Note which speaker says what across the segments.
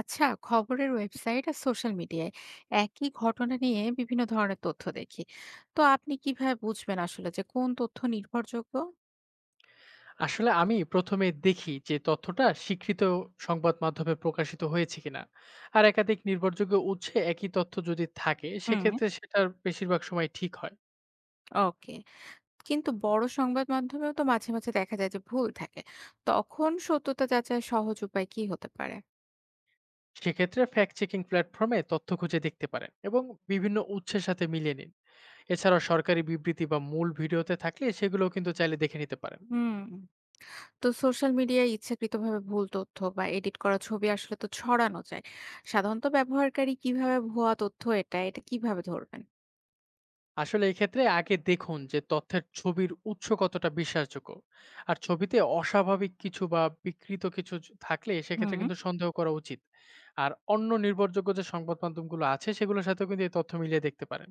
Speaker 1: আচ্ছা, খবরের ওয়েবসাইট আর সোশ্যাল মিডিয়ায় একই ঘটনা নিয়ে বিভিন্ন ধরনের তথ্য দেখি। তো আপনি কিভাবে বুঝবেন আসলে যে কোন তথ্য নির্ভরযোগ্য?
Speaker 2: আসলে আমি ১ম এ দেখি যে তথ্যটা স্বীকৃত সংবাদ মাধ্যমে প্রকাশিত হয়েছে কিনা। আর একাধিক নির্ভরযোগ্য উৎসে একই তথ্য যদি থাকে,
Speaker 1: হুম।
Speaker 2: সেক্ষেত্রে সেটার বেশিরভাগ সময় ঠিক হয়।
Speaker 1: ওকে। কিন্তু বড় সংবাদ মাধ্যমেও তো মাঝে মাঝে দেখা যায় যে ভুল থাকে। তখন সত্যতা যাচাইয়ের সহজ উপায় কি হতে পারে?
Speaker 2: সেক্ষেত্রে ফ্যাক্ট চেকিং প্ল্যাটফর্মে তথ্য খুঁজে দেখতে পারেন এবং বিভিন্ন উৎসের সাথে মিলিয়ে নিন। এছাড়াও সরকারি বিবৃতি বা মূল ভিডিওতে থাকলে সেগুলোও কিন্তু চাইলে দেখে নিতে পারেন।
Speaker 1: হুম। তো সোশ্যাল মিডিয়ায় ইচ্ছাকৃতভাবে ভুল তথ্য বা এডিট করা ছবি আসলে তো ছড়ানো যায়। সাধারণত ব্যবহারকারী কিভাবে ভুয়া তথ্য এটা এটা কিভাবে ধরবেন?
Speaker 2: আসলে এক্ষেত্রে আগে দেখুন যে তথ্যের ছবির উৎস কতটা বিশ্বাসযোগ্য। আর ছবিতে অস্বাভাবিক কিছু বা বিকৃত কিছু থাকলে
Speaker 1: হুম।
Speaker 2: সেক্ষেত্রে কিন্তু সন্দেহ করা উচিত। আর অন্য নির্ভরযোগ্য যে সংবাদ মাধ্যমগুলো আছে সেগুলোর সাথেও কিন্তু এই তথ্য মিলিয়ে দেখতে পারেন।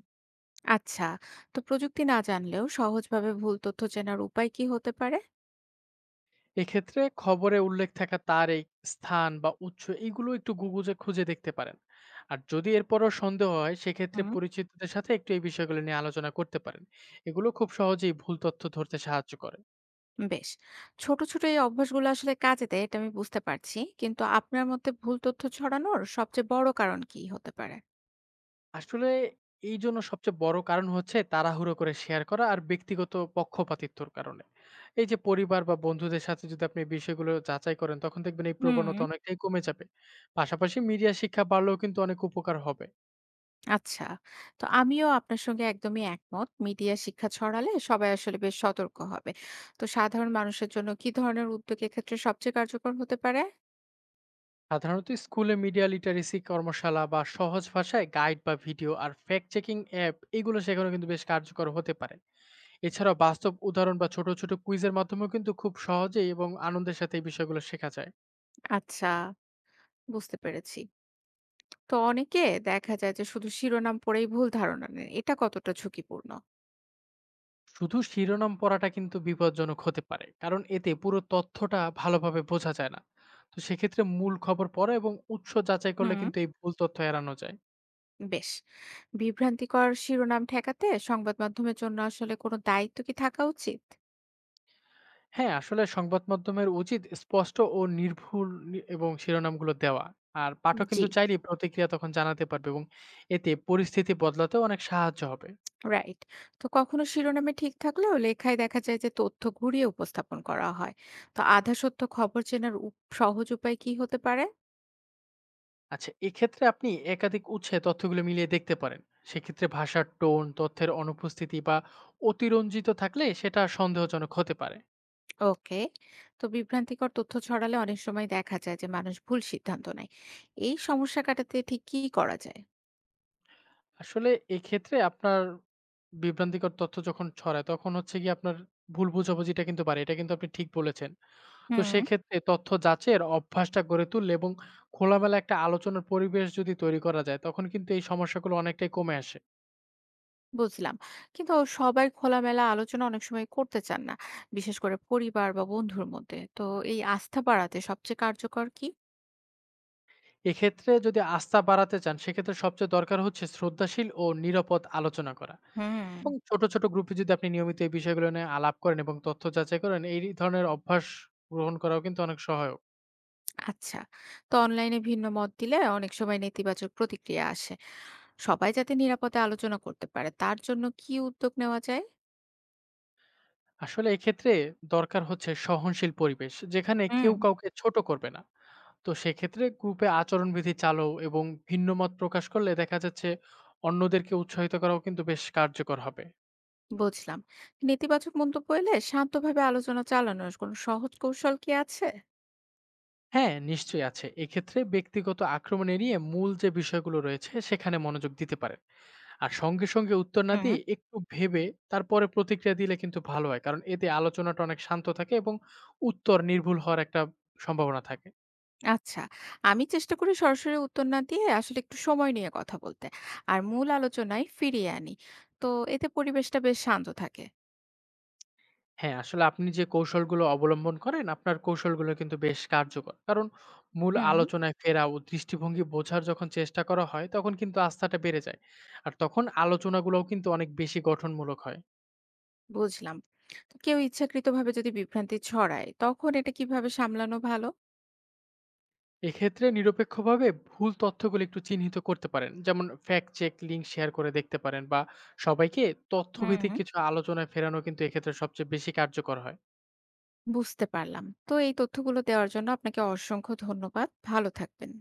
Speaker 1: আচ্ছা, তো প্রযুক্তি না জানলেও সহজভাবে ভুল তথ্য চেনার উপায় কি হতে পারে?
Speaker 2: এক্ষেত্রে খবরে উল্লেখ থাকা তারিখ, স্থান বা উৎস এইগুলো একটু গুগলে খুঁজে দেখতে পারেন। আর যদি এরপরও সন্দেহ হয় সেক্ষেত্রে
Speaker 1: হুম।
Speaker 2: পরিচিতদের সাথে একটু এই বিষয়গুলো নিয়ে আলোচনা করতে পারেন। এগুলো খুব সহজেই ভুল তথ্য ধরতে সাহায্য করে।
Speaker 1: বেশ। ছোট, ছোট এই অভ্যাসগুলো আসলে কাজে দেয় এটা আমি বুঝতে পারছি। কিন্তু আপনার মতে ভুল তথ্য ছড়ানোর সবচেয়ে বড় কারণ কি হতে পারে?
Speaker 2: আসলে এইজন্য সবচেয়ে বড় কারণ হচ্ছে তাড়াহুড়ো করে শেয়ার করা আর ব্যক্তিগত পক্ষপাতিত্বর কারণে। এই যে পরিবার বা বন্ধুদের সাথে যদি আপনি এই বিষয়গুলো যাচাই করেন, তখন দেখবেন এই
Speaker 1: হুম।
Speaker 2: প্রবণতা অনেকটাই কমে যাবে। পাশাপাশি মিডিয়া শিক্ষা বাড়লেও কিন্তু অনেক উপকার হবে।
Speaker 1: আচ্ছা, তো আমিও আপনার সঙ্গে একদমই একমত। মিডিয়া শিক্ষা ছড়ালে সবাই আসলে বেশ সতর্ক হবে। তো সাধারণ মানুষের জন্য কি ধরনের উদ্যোগ এক্ষেত্রে সবচেয়ে কার্যকর হতে পারে?
Speaker 2: সাধারণত স্কুলে মিডিয়া লিটারেসি কর্মশালা বা সহজ ভাষায় গাইড বা ভিডিও আর ফ্যাক্ট চেকিং অ্যাপ এগুলো শেখানো কিন্তু বেশ কার্যকর হতে পারে। এছাড়াও বাস্তব উদাহরণ বা ছোট, ছোট কুইজের মাধ্যমেও কিন্তু খুব সহজেই এবং আনন্দের সাথে এই বিষয়গুলো শেখা যায়।
Speaker 1: আচ্ছা, বুঝতে পেরেছি। তো অনেকে দেখা যায় যে শুধু শিরোনাম পড়েই ভুল ধারণা নেন, এটা কতটা ঝুঁকিপূর্ণ?
Speaker 2: শুধু শিরোনাম পড়াটা কিন্তু বিপজ্জনক হতে পারে, কারণ এতে পুরো তথ্যটা ভালোভাবে বোঝা যায় না। তো সেক্ষেত্রে মূল খবর পড়া এবং উৎস যাচাই করলে
Speaker 1: হুম।
Speaker 2: কিন্তু এই ভুল তথ্য এড়ানো যায়।
Speaker 1: বেশ। বিভ্রান্তিকর শিরোনাম ঠেকাতে সংবাদ মাধ্যমের জন্য আসলে কোনো দায়িত্ব কি থাকা উচিত?
Speaker 2: হ্যাঁ, আসলে সংবাদ মাধ্যমের উচিত স্পষ্ট ও নির্ভুল এবং শিরোনামগুলো দেওয়া। আর পাঠক
Speaker 1: জি।
Speaker 2: কিন্তু চাইলেই প্রতিক্রিয়া তখন জানাতে পারবে এবং এতে পরিস্থিতি বদলাতে অনেক সাহায্য হবে।
Speaker 1: রাইট। তো কখনো শিরোনামে ঠিক থাকলেও লেখায় দেখা যায় যে তথ্য ঘুরিয়ে উপস্থাপন করা হয়। তো আধা সত্য খবর চেনার সহজ উপায় কি হতে পারে?
Speaker 2: আচ্ছা, এক্ষেত্রে আপনি একাধিক উৎসে তথ্যগুলো মিলিয়ে দেখতে পারেন। সেক্ষেত্রে ভাষার টোন, তথ্যের অনুপস্থিতি বা অতিরঞ্জিত থাকলে সেটা সন্দেহজনক হতে পারে।
Speaker 1: ওকে। তো বিভ্রান্তিকর তথ্য ছড়ালে অনেক সময় দেখা যায় যে মানুষ ভুল সিদ্ধান্ত নেয়। এই সমস্যা কাটাতে ঠিক কি করা যায়?
Speaker 2: আসলে এক্ষেত্রে আপনার বিভ্রান্তিকর তথ্য যখন ছড়ায়, তখন হচ্ছে গিয়ে আপনার ভুল বোঝাবুঝিটা কিন্তু বাড়ে। এটা কিন্তু আপনি ঠিক বলেছেন। তো
Speaker 1: হুম।
Speaker 2: সেক্ষেত্রে তথ্য যাচাইয়ের অভ্যাসটা গড়ে তুললে এবং খোলামেলা একটা আলোচনার পরিবেশ যদি তৈরি করা যায়, তখন কিন্তু এই সমস্যাগুলো অনেকটাই কমে আসে।
Speaker 1: বুঝলাম। কিন্তু সবাই খোলামেলা আলোচনা অনেক সময় করতে চান না, বিশেষ করে পরিবার বা বন্ধুর মধ্যে। তো এই আস্থা বাড়াতে সবচেয়ে কার্যকর কি?
Speaker 2: এক্ষেত্রে যদি আস্থা বাড়াতে চান, সেক্ষেত্রে সবচেয়ে দরকার হচ্ছে শ্রদ্ধাশীল ও নিরাপদ আলোচনা করা।
Speaker 1: হুম।
Speaker 2: এবং ছোট, ছোট গ্রুপে যদি আপনি নিয়মিত এই বিষয়গুলো নিয়ে আলাপ করেন এবং তথ্য যাচাই করেন, এই ধরনের অভ্যাস গ্রহণ করাও কিন্তু অনেক সহায়ক।
Speaker 1: আচ্ছা, তো অনলাইনে ভিন্ন মত দিলে অনেক সময় নেতিবাচক প্রতিক্রিয়া আসে। সবাই যাতে নিরাপদে আলোচনা করতে পারে তার জন্য কি উদ্যোগ নেওয়া যায়?
Speaker 2: আসলে এক্ষেত্রে দরকার হচ্ছে সহনশীল পরিবেশ যেখানে
Speaker 1: হুম।
Speaker 2: কেউ কাউকে ছোট করবে না। তো সেক্ষেত্রে গ্রুপে আচরণবিধি চালু এবং ভিন্ন মত প্রকাশ করলে দেখা যাচ্ছে অন্যদেরকে উৎসাহিত করাও কিন্তু বেশ কার্যকর হবে।
Speaker 1: বুঝলাম। নেতিবাচক মন্তব্য এলে শান্তভাবে আলোচনা চালানোর কোনো সহজ কৌশল কি আছে?
Speaker 2: হ্যাঁ, নিশ্চয়ই আছে। এক্ষেত্রে ব্যক্তিগত আক্রমণ এড়িয়ে মূল যে বিষয়গুলো রয়েছে সেখানে মনোযোগ দিতে পারেন। আর সঙ্গে সঙ্গে উত্তর না
Speaker 1: হুম।
Speaker 2: দিয়ে একটু ভেবে তারপরে প্রতিক্রিয়া দিলে কিন্তু ভালো হয়, কারণ এতে আলোচনাটা অনেক শান্ত থাকে এবং উত্তর নির্ভুল হওয়ার একটা সম্ভাবনা থাকে।
Speaker 1: আচ্ছা, আমি চেষ্টা করি সরাসরি উত্তর না দিয়ে আসলে একটু সময় নিয়ে কথা বলতে। আর মূল আলোচনায় ফিরিয়ে আনি। তো এতে পরিবেশটা বেশ শান্ত থাকে।
Speaker 2: হ্যাঁ, আসলে আপনি যে কৌশলগুলো অবলম্বন করেন, আপনার কৌশলগুলো কিন্তু বেশ কার্যকর। কারণ মূল
Speaker 1: হুম।
Speaker 2: আলোচনায় ফেরা ও দৃষ্টিভঙ্গি বোঝার যখন চেষ্টা করা হয়, তখন কিন্তু আস্থাটা বেড়ে যায়। আর তখন আলোচনাগুলোও কিন্তু অনেক বেশি গঠনমূলক হয়।
Speaker 1: বুঝলাম। তো কেউ ইচ্ছাকৃতভাবে যদি বিভ্রান্তি ছড়ায়, তখন এটা কিভাবে সামলানো ভালো?
Speaker 2: এক্ষেত্রে নিরপেক্ষভাবে ভুল তথ্যগুলো একটু চিহ্নিত করতে পারেন। যেমন ফ্যাক্ট চেক লিঙ্ক শেয়ার করে দেখতে পারেন বা সবাইকে
Speaker 1: হুম।
Speaker 2: তথ্যভিত্তিক কিছু আলোচনায় ফেরানো কিন্তু এক্ষেত্রে সবচেয়ে বেশি কার্যকর হয়।
Speaker 1: বুঝতে পারলাম। তো এই তথ্যগুলো দেওয়ার জন্য আপনাকে অসংখ্য ধন্যবাদ। ভালো থাকবেন।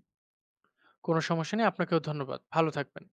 Speaker 2: কোনো সমস্যা নেই, আপনাকেও ধন্যবাদ। ভালো থাকবেন।